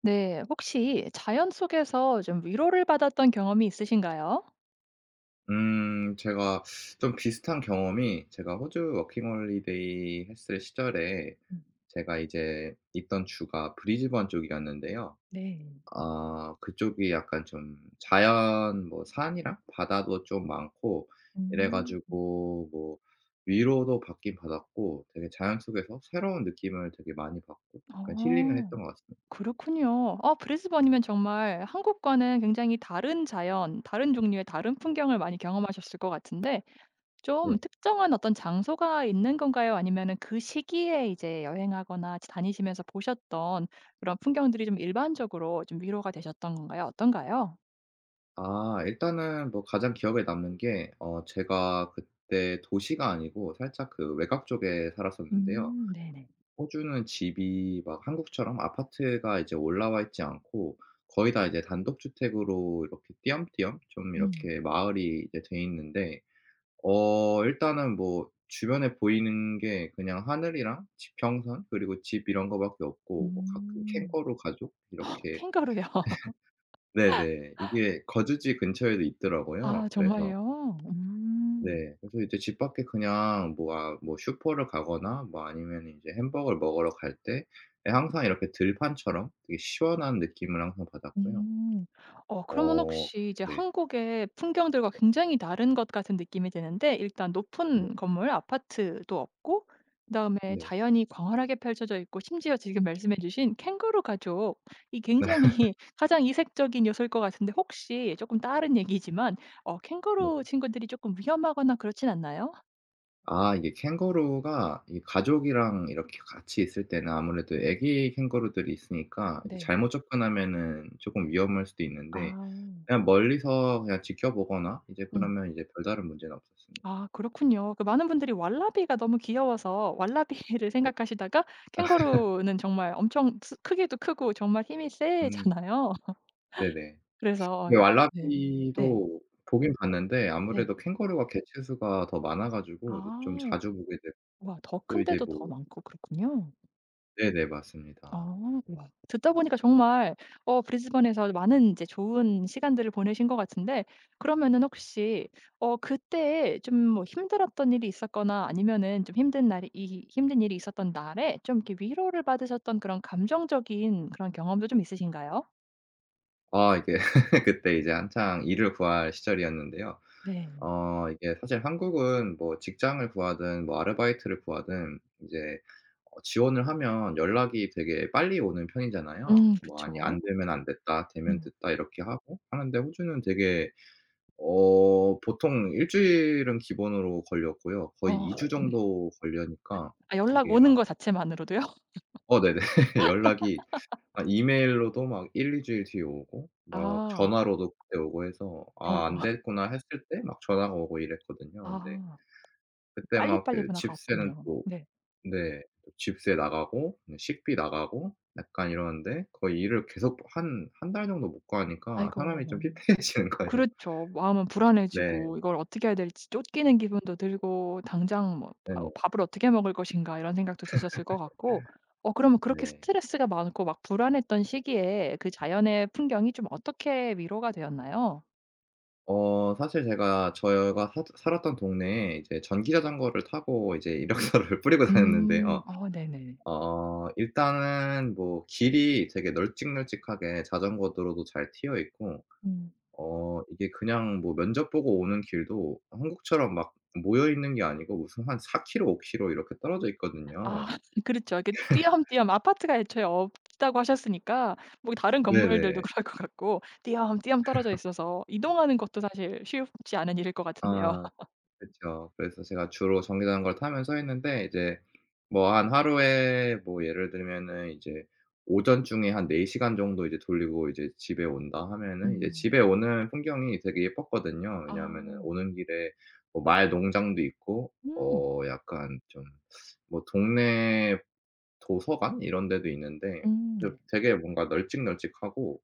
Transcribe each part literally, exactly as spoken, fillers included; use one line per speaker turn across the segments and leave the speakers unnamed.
네, 혹시 자연 속에서 좀 위로를 받았던 경험이 있으신가요?
음 제가 좀 비슷한 경험이 제가 호주 워킹홀리데이 했을 시절에
음.
제가 이제 있던 주가 브리즈번 쪽이었는데요.
네.
아 그쪽이 약간 좀 자연 뭐 산이랑 바다도 좀 많고 이래
음.
가지고 뭐 위로도 받긴 받았고 되게 자연 속에서 새로운 느낌을 되게 많이 받고 약간 힐링을
어.
했던 것 같습니다.
그렇군요. 어 브리스번이면 정말 한국과는 굉장히 다른 자연, 다른 종류의 다른 풍경을 많이 경험하셨을 것 같은데 좀
네.
특정한 어떤 장소가 있는 건가요? 아니면은 그 시기에 이제 여행하거나 다니시면서 보셨던 그런 풍경들이 좀 일반적으로 좀 위로가 되셨던 건가요? 어떤가요?
아 일단은 뭐 가장 기억에 남는 게 어 제가 그때 도시가 아니고 살짝 그 외곽 쪽에 살았었는데요.
음 네네.
호주는 집이 막 한국처럼 아파트가 이제 올라와 있지 않고 거의 다 이제 단독주택으로 이렇게 띄엄띄엄 좀
음.
이렇게 마을이 이제 돼 있는데 어 일단은 뭐 주변에 보이는 게 그냥 하늘이랑 지평선 그리고 집 이런 거 밖에 없고 뭐 가끔
음.
캥거루 가족 이렇게.
캥거루요.
네네. 이게 거주지 근처에도
아
있더라고요. 그래서
정말요? 음.
네. 그래서 이제 집 밖에 그냥 뭐 아 뭐 슈퍼를 가거나 뭐 아니면이 인제 햄버거를 먹으러 갈 때 예, 항상 이렇게 들판처럼 되게 시원한 느낌을 항상 받았고요. 음.
음. 어 그러면
어
혹시 이제
네.
한국의 풍경들과 굉장히 다른 것 같은 느낌이 드는데 일단
네.
높은 건물 아파트도 없고 그다음에
네.
자연이 광활하게 펼쳐져 있고 심지어 지금 말씀해 주신 캥거루 가족 이 굉장히 가장 이색적인 요소일 것 같은데 혹시 조금 다른 얘기지만 어
네.
캥거루 친구들이 조금 위험하거나 그렇진 않나요?
아 이게 캥거루가 이 가족이랑 이렇게 같이 있을 때는 아무래도 애기 캥거루들이 있으니까 이제
네.
잘못 접근하면은 조금 위험할 수도 있는데
아.
그냥 멀리서 그냥 지켜보거나 이제
음.
그러면 이제 별다른 문제는 없었습니다.
아 그렇군요. 그 많은 분들이 왈라비가 너무 귀여워서 왈라비를
네.
생각하시다가 캥거루는 정말 엄청 스 크기도 크고 정말 힘이
음.
세잖아요.
네네.
그래서 아
네,
네. 네.
왈라비도 보긴 봤는데
네.
아무래도 캥거루가 개체수가 더 많아 가지고 이제 좀
아.
자주 보게 되고
와 더
또 이제
큰데도 더
뭐
많고 그렇군요.
네네 맞습니다.
어 와. 듣다 보니까 정말 어 브리즈번에서 많은 이제 좋은 시간들을 보내신 것 같은데 그러면은
네.
혹시 어 그때 좀 뭐 힘들었던 일이 있었거나 아니면은 좀 힘든 날이 이 힘든 일이 있었던 날에 좀 이렇게 위로를 받으셨던 그런 감정적인 그런 경험도 좀 있으신가요?
아 이게 그때 이제 한창 일을 구할 시절이었는데요.
네.
어 이게 사실 한국은 뭐 직장을 구하든 뭐 아르바이트를 구하든 이제 어 지원을 하면 연락이 되게 빨리 오는 편이잖아요.
음
뭐 아니
그쵸.
"안 되면 안 됐다. 되면
음.
됐다." 이렇게 하고 하는데 호주는 되게 어 보통 일 주일은 기본으로 걸렸고요. 거의 이 주
어
정도 걸려니까
아 연락
이게
오는
막
거 자체만으로도요?
어 네네. 연락이 아 이메일로도 막 일 이 주일 뒤에 오고 막
아.
전화로도 그때 오고 해서 '아
어이고.
안 됐구나.' 했을 때 막 전화가 오고 이랬거든요. 근데
아.
그때 막
빨리빨리
그
문화가
집세는
없군요.
또
네.
네. 또 집세 나가고 네 식비 나가고 약간 이러는데 거의 일을 계속 한 한 달 정도 못 구하니까
아이고.
사람이 좀 피폐해지는 거예요.
그렇죠. 마음은
네.
불안해지고 이걸 어떻게 해야 될지 쫓기는 기분도 들고 당장 뭐 밥
네네.
'밥을 어떻게 먹을 것인가.' 이런 생각도 드셨을 것 같고 어 그러면 그렇게
네.
스트레스가 많고 막 불안했던 시기에 그 자연의 풍경이 좀 어떻게 위로가 되었나요?
어 사실 제가 저희가 사 살았던 동네에 이제 전기 자전거를 타고 이제 이력서를 뿌리고
음.
다녔는데요.
어 네네.
어 일단은 뭐 길이 되게 널찍널찍하게 자전거 도로도 잘 트여 있고
음.
어 이게 그냥 뭐 면접 보고 오는 길도 한국처럼 막 모여 있는 게 아니고 무슨 한 사 킬로 오 킬로 이렇게 떨어져
아
있거든요.
그렇죠. 이렇게 띄엄띄엄 아파트가 애초에 없다고 하셨으니까 뭐 다른 건물들도
네네.
그럴 것 같고 띄엄띄엄 떨어져 있어서 이동하는 것도 사실 쉽지 않은 일일 것 같은데요.
아. 그쵸. 그래서 제가 주로 정류장 걸 타면서 했는데 이제 뭐 한 하루에 뭐 예를 들면은 이제 오전 중에 한 네 시간 정도 이제 돌리고 이제 집에 온다 하면은 이제
음.
집에 오는 풍경이 되게 예뻤거든요. 왜냐하면은
아.
오는 길에 뭐 마을 농장도 있고
음.
어 약간 좀 뭐 동네 도서관 이런 데도 있는데
음
그
네.
되게 뭔가 널찍널찍하고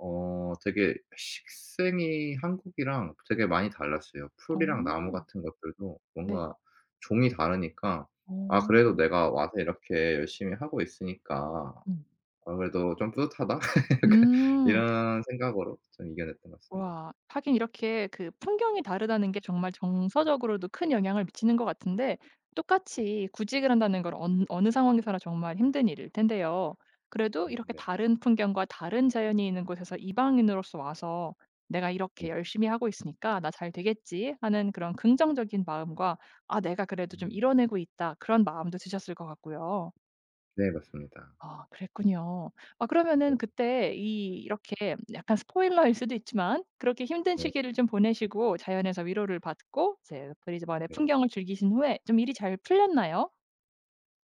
어 되게 식생이 한국이랑 되게 많이 달랐어요. 풀이랑 나무
어.
같은 것들도
네.
뭔가 종이 다르니까 '아
어.
그래도 내가 와서 이렇게 열심히 하고 있으니까
음.
아 그래도 좀 뿌듯하다.' 약간
음.
이런 생각으로 좀 이겨냈던 것 같습니다.
와 하긴 이렇게 그 풍경이 다르다는 게 정말 정서적으로도 큰 영향을 미치는 것 같은데 똑같이 구직을 한다는 건 언 어느 상황에서나 정말 힘든 일일 텐데요. 그래도
음
이렇게
네.
다른 풍경과 다른 자연이 있는 곳에서 이방인으로서 와서 '내가 이렇게
네.
열심히 하고 있으니까 나 잘 되겠지.' 하는 그런 긍정적인 마음과 '아 내가 그래도 좀
음.
이뤄내고 있다.' 그런 마음도 드셨을 것 같고요.
네 맞습니다.
아 그랬군요. 아
네.
그러면은 그때 이 이렇게 약간 스포일러일 수도 있지만 그렇게 힘든
네.
시기를 좀 보내시고 자연에서 위로를 받고 이제 브리즈번의
네.
풍경을 즐기신 후에 좀 일이 잘 풀렸나요?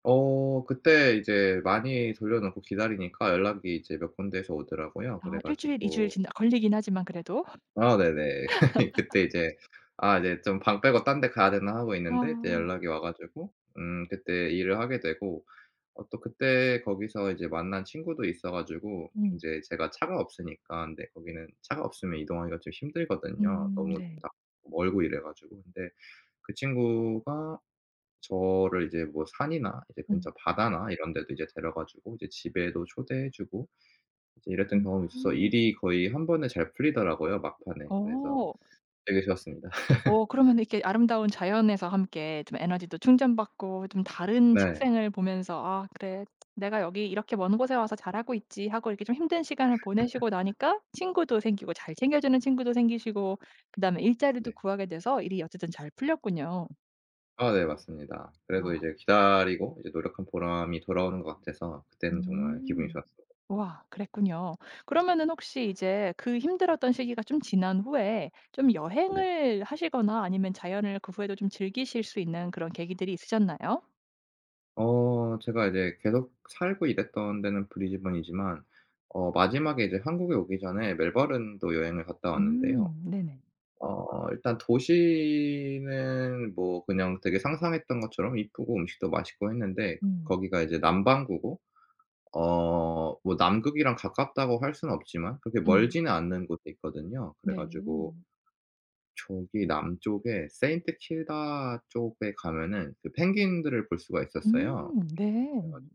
어 그때 이제 많이 돌려 놓고 기다리니까 연락이 이제 몇 군데에서 오더라고요.
아
그래
일 주일, 이 주일
가지고
진짜 걸리긴 하지만 그래도.
아 네네. 그때 이제 아 이제 좀 방 빼고 딴데 가야 되나 하고 있는데 이제
아.
연락이 와 가지고 음 그때 일을 하게 되고 어 또 그때 거기서 이제 만난 친구도 있어 가지고
음.
인제 제가 차가 없으니까 근데 거기는 차가 없으면 이동하기가 좀 힘들거든요,
음
너무
네.
딱 멀고 이래 가지고. 근데 그 친구가 저를 이제 뭐 산이나 이제 근처
음.
바다나 이런 데도 이제 데려가 주고 이제 집에도 초대해 주고 이제 이랬던
음.
경험이 있어서
음.
일이 거의 한 번에 잘 풀리더라고요, 막판에. 그래서
어.
되게 쉬웠습니다.
어 그러면 이렇게 아름다운 자연에서 함께 좀 에너지도 충전받고 좀 다른
네.
식생을 보면서 '아 그래. 내가 여기 이렇게 먼 곳에 와서 잘하고 있지.' 하고 이렇게 좀 힘든 시간을 보내시고 나니까 친구도 생기고 잘 챙겨주는 친구도 생기시고 그다음에 일자리도
네.
구하게 돼서 일이 어쨌든 잘 풀렸군요.
아 네 맞습니다. 그래도
아.
이제 기다리고 이제 노력한 보람이 돌아오는 것 같아서 그때는 정말 기분이
음.
좋았어요.
우와 그랬군요. 그러면은 혹시 이제 그 힘들었던 시기가 좀 지난 후에 좀
네.
여행을 하시거나 아니면 자연을 그 후에도 좀 즐기실 수 있는 그런 계기들이 있으셨나요?
어 제가 이제 계속 살고 일했던 데는 브리즈번이지만 어 마지막에 이제 한국에 오기 전에 멜버른도 여행을 갔다 왔는데요.
음 네네.
어 일단 도시는 뭐 그냥 되게 상상했던 것처럼 이쁘고 음식도 맛있고 했는데
음.
거기가 이제 남반구고 어 뭐 남극이랑 가깝다고 할 수는 없지만 그렇게
음.
멀지는 않는 곳에 있거든요. 그래
네.
가지고 저기 남쪽에 세인트 킬다 쪽에 가면은 그 펭귄들을 볼 수가 있었어요.
음 네.
그래 가지고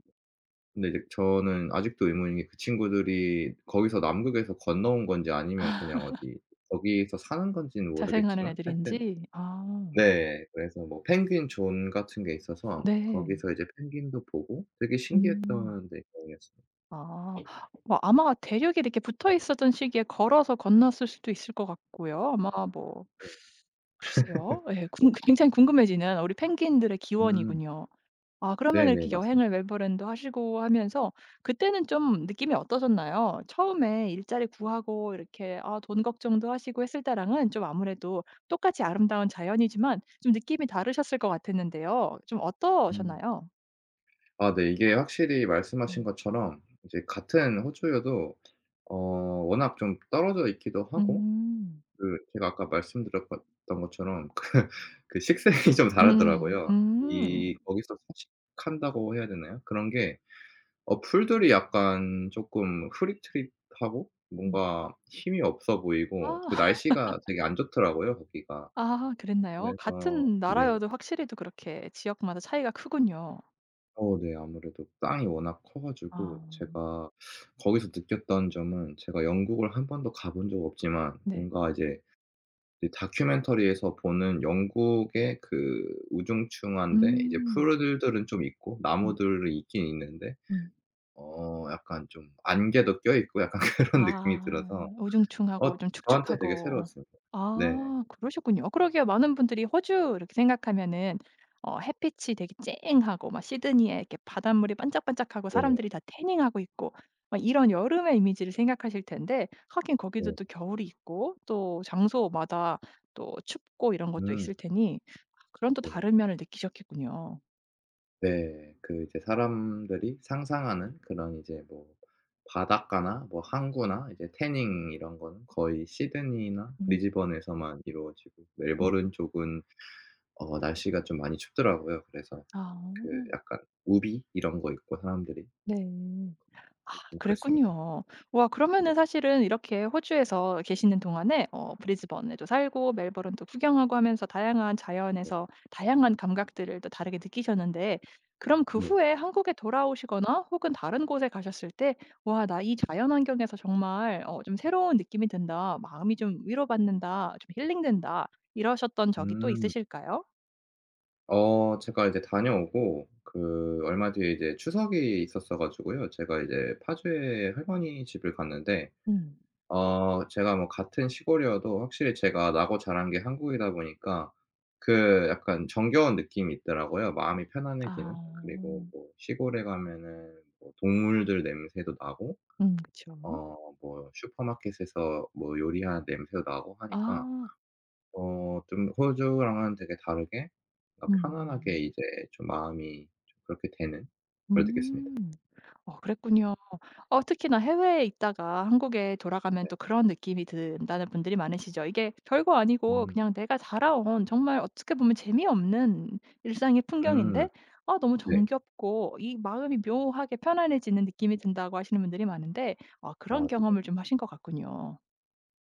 근데 이제 저는 아직도 의문인 게 그 친구들이 거기서 남극에서 건너온 건지 아니면 그냥 어디 거기서 사는 건지는
자생하는
모르겠지만 하여튼
애들인지. 아
네. 그래서 뭐 펭귄 존 같은 게 있어서
네.
거기서 이제 펭귄도 보고 되게
음.
신기했던 네 경험이었습니다.
아 뭐 아마 대륙이 이렇게 붙어 있었던 시기에 걸어서 건넜을 수도 있을 것 같고요. 아마 뭐
네.
글쎄요. 예. 궁 굉장히 궁금해지는 우리 펭귄들의
음.
기원이군요. 아 그러면
네네.
이렇게
맞습
여행을 멜버른도 하시고 하면서 그때는 좀 느낌이 어떠셨나요? 처음에 일자리 구하고 이렇게 아 돈 걱정도 하시고 했을 때랑은 좀 아무래도 똑같이 아름다운 자연이지만 좀 느낌이 다르셨을 것 같았는데요. 좀
음.
어떠셨나요?
아 네. 이게 확실히 말씀하신
음.
것처럼 이제 같은 호주여도 어 워낙 좀 떨어져 있기도 하고
음.
그 제가 아까 말씀드렸던 것처럼 그 그 식생이 좀
음.
다르더라고요. 이
음.
거기서 서식한다고 해야 되나요? 그런 게 어 풀들이 약간 쪼끔 흐릿흐릿하고
음.
뭔가 힘이 없어 보이고 그
아.
날씨가 되게 안 좋더라고요 거기가.
아 그랬나요?
그래서
같은
네.
나라여도 확실히 또 그렇게 지역마다 차이가 크군요.
어 네. 아무래도 땅이 워낙 커
아.
가지고 제가 거기서 느꼈던 점은 제가 영국을 한 번도 가본 적 없지만
네.
뭔가 이제 이 다큐멘터리에서 보는 영국의 그 우중충한데 이제
음.
푸르들들은 좀 있고
음.
나무들이 있긴 있는데
음.
어 약간 좀 안개도 껴 있고 약간 그런
아
느낌이 들어서 어
우중충하고 좀
저한테 되게
축축하고.
새로웠습니다. 네.
아 그러셨군요. 그러게요. 많은 분들이 호주 이렇게 생각하면은 어 햇빛이 되게 쨍하고 막 시드니에 이렇게 바닷물이 반짝반짝하고
네.
사람들이 다 태닝하고 있고 막 이런 여름의 이미지를 생각하실 텐데 하긴 거기도
네.
또 겨울이 있고 또 장소마다 또 춥고 이런 것도
음.
있을 테니 그런 또
네네.
다른 면을 느끼셨겠군요.
네. 그 이제 사람들이 상상하는 그런 이제 뭐 바닷가나 뭐 항구나 이제 태닝 이런 거는 거의 시드니나
음.
브리즈번에서만 이루어지고 멜버른 쪽은 어 날씨가 좀 많이 춥더라고요. 그래서
아
그 약간 우비 이런 거 입고 사람들이
네. 아
좀 그랬습니다.
그랬군요. 와
네
그러면은 사실은 이렇게 호주에서 계시는 동안에 어 브리즈번에도 살고 멜버른도 구경하고 하면서 다양한
네.
자연에서 다양한 감각들을 또 다르게 느끼셨는데 그럼 그
네.
후에 한국에 돌아오시거나 혹은 다른 곳에 가셨을 때 '와 나 이 자연 환경에서 정말 어 좀 새로운 느낌이 든다. 마음이 좀 위로받는다. 좀 힐링된다.' 이러셨던 적이 또
음.
있으실까요?
어 제가 이제 다녀오고 그 얼마 뒤에 이제 추석이 있었어 가지고요. 제가 이제 파주에 할머니 집을 갔는데
음.
어 제가 뭐 같은 시골이어도 확실히 제가 나고 자란 게 한국이다 보니까 그 약간 정겨운 느낌이 있더라고요, 마음이
아.
편안해지는. 그리고 뭐 시골에 가면은 뭐 동물들 냄새도 나고
음 그쵸.
어 뭐 슈퍼마켓에서 뭐 요리하는 냄새도 나고 하니까
아.
어 좀 호주랑은 되게 다르게 뭔가 편안하게
음.
이제 좀 마음이 좀 그렇게 되는 걸 느꼈습니다.
음. 어 그랬군요. 어 특히나 해외에 있다가 한국에 돌아가면
네.
또 그런 느낌이 든다는 분들이 많으시죠. 이게 별거 아니고
음.
그냥 내가 자라온 정말 어떻게 보면 재미없는 일상의
음.
풍경인데 아 너무
네.
정겹고 이 마음이 묘하게 편안해지는 느낌이 든다고 하시는 분들이 많은데 아 그런
아 네네.
경험을 좀 하신 것 같군요.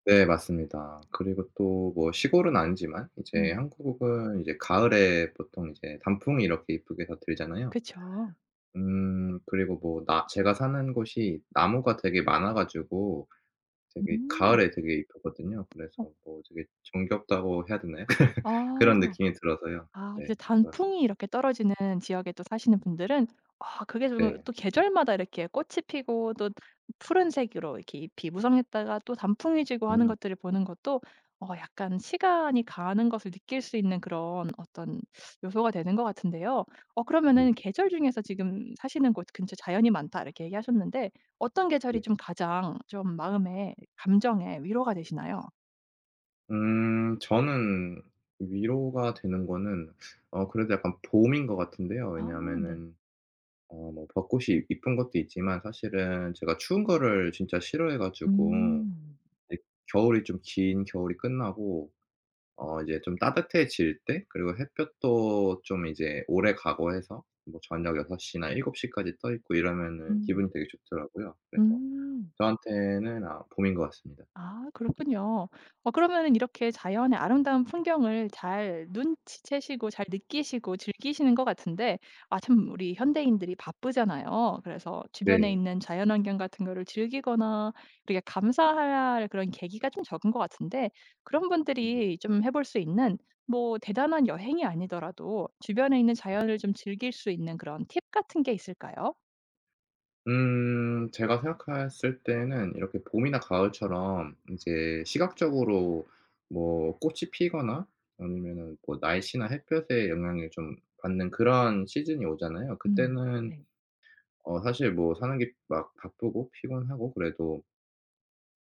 네 맞습니다. 그리고 또 뭐 시골은 아니지만 이제
음.
한국은 이제 가을에 보통 이제 단풍이 이렇게 이쁘게 다 들잖아요.
그쵸.
음 그리고 뭐 나 제가 사는 곳이 나무가 되게 많아 가지고 되게
음.
가을에 되게 이쁘거든요.
어.
그래서 뭐 되게 정겹다고 해야 되나요? 그런
아.
느낌이 들어서요.
아 그래서
네. 좋았어
단풍이 이렇게 떨어지는 지역에 또 사시는 분들은 아 그게 좀
네.
또 계절마다 이렇게 꽃이 피고 또 푸른색으로 이렇게 잎이 무성했다가 또 단풍이 지고 하는
음.
것들을 보는 것도 어 약간 시간이 가는 것을 느낄 수 있는 그런 어떤 요소가 되는 것 같은데요. 어
네네
그러면은 계절 중에서 지금 사시는 곳 근처 자연이 많다 이렇게 얘기하셨는데 어떤 계절이
네.
좀 가장 좀 마음에 감정에 위로가 되시나요?
음 저는 위로가 되는 거는 어 그래도 약간 봄인 것 같은데요.
아 네.
왜냐하면은 어 뭐 벚꽃이 이쁜 것도 있지만 사실은 제가 추운 거를 진짜 싫어해 가지고
음.
네 겨울이 좀 긴 겨울이 끝나고 어 이제 좀 따뜻해질 때 그리고 햇볕도 좀 이제 오래 가고 해서 뭐 저녁 여섯 시나 일곱 시까지 떠 있고 이러면은
음.
기분이 되게 좋더라고요. 그래서
음.
저한테는 아 봄인 것 같습니다.
아 그렇군요. 어 그러면은 이렇게 자연의 아름다운 풍경을 잘 눈치채시고 잘 느끼시고 즐기시는 것 같은데 아참 우리 현대인들이 바쁘잖아요. 그래서 주변에
네.
있는 자연환경 같은 거를 즐기거나 이렇게 감사할 그런 계기가 좀 적은 것 같은데 그런
음.
분들이 좀 해볼 수 있는 뭐 대단한 여행이 아니더라도 주변에 있는 자연을 좀 즐길 수 있는 그런 팁 같은 게 있을까요?
음 제가 생각했을 때는 이렇게 봄이나 가을처럼 이제 시각적으로 뭐 꽃이 피거나 아니면은 뭐 날씨나 햇볕의 영향을 좀 받는 그런 시즌이 오잖아요.
음.
그때는
네.
어 사실 뭐 사는 게 막 바쁘고 피곤하고 그래도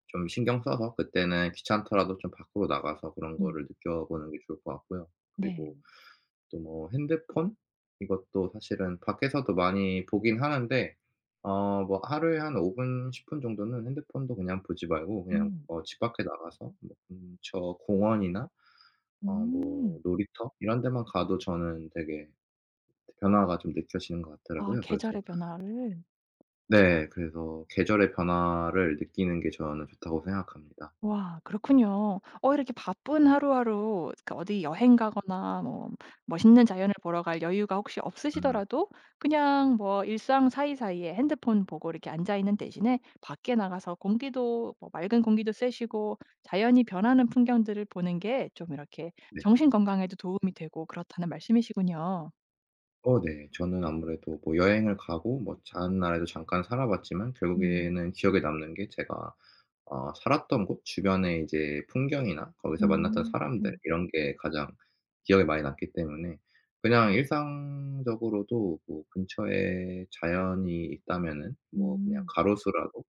좀 신경 써서 그때는 귀찮더라도 좀 밖으로 나가서 그런
음.
거를 느껴보는 게 좋을 것 같고요.
네.
그리고 또 뭐 핸드폰 이것도 사실은 밖에서도 많이 보긴 하는데 어 뭐 하루에 한 오 분 십 분 정도는 핸드폰도 그냥 보지 말고 그냥
음.
어 집 밖에 나가서 뭐 근처 공원이나 어 뭐
음.
놀이터 이런 데만 가도 저는 되게 변화가 좀 느껴지는 것
아
같더라고요. 그래서
계절의 변화를.
네 그래서 계절의 변화를 느끼는 게 저는 좋다고 생각합니다.
와 그렇군요. 어 이렇게 바쁜 하루하루 그 어디 여행 가거나 뭐 멋있는 자연을 보러 갈 여유가 혹시
음
없으시더라도 그냥 뭐 일상 사이사이에 핸드폰 보고 이렇게 앉아 있는 대신에 밖에 나가서 공기도 뭐 맑은 공기도 쐬시고 자연이 변하는 풍경들을 보는 게 좀 이렇게
네.
정신 건강에도 도움이 되고 그렇다는 말씀이시군요.
어 네. 저는 아무래도 뭐 여행을 가고 뭐 다른 나라에도 잠깐 살아 봤지만
음.
결국에는 기억에 남는 게 제가 어 살았던 곳 주변의 이제 풍경이나 거기서 만났던
음.
사람들
음.
이런 게 가장 기억에 많이 남기 때문에 그냥 일상적으로도 뭐 근처에 자연이 있다면은 뭐 그냥
음.
가로수라도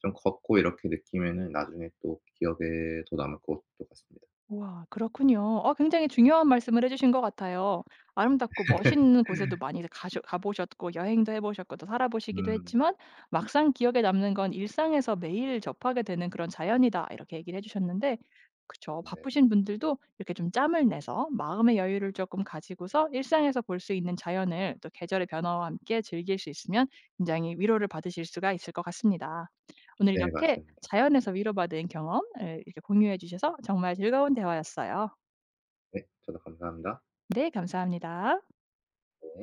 좀 걷고 이렇게 느끼면은 나중에 또 기억에 더 남을 것도 같습니다.
우와 그렇군요. 어 굉장히 중요한 말씀을 해 주신 것 같아요. 아름답고 멋있는 곳에도 많이 가셔 가 보셨고 여행도 해 보셨고 또 살아 보시기도
음.
했지만 막상 기억에 남는 건 일상에서 매일 접하게 되는 그런 자연이다 이렇게 얘기를 해 주셨는데 그쵸.
네.
바쁘신 분들도 이렇게 좀 짬을 내서 마음의 여유를 조금 가지고서 일상에서 볼 수 있는 자연을 또 계절의 변화와 함께 즐길 수 있으면 굉장히 위로를 받으실 수가 있을 것 같습니다. 오늘
네
이렇게
맞습니다.
자연에서 위로받은 경험을 이렇게 공유해 주셔서 정말 즐거운 대화였어요.
네. 저도 감사합니다.
네, 감사합니다.
네.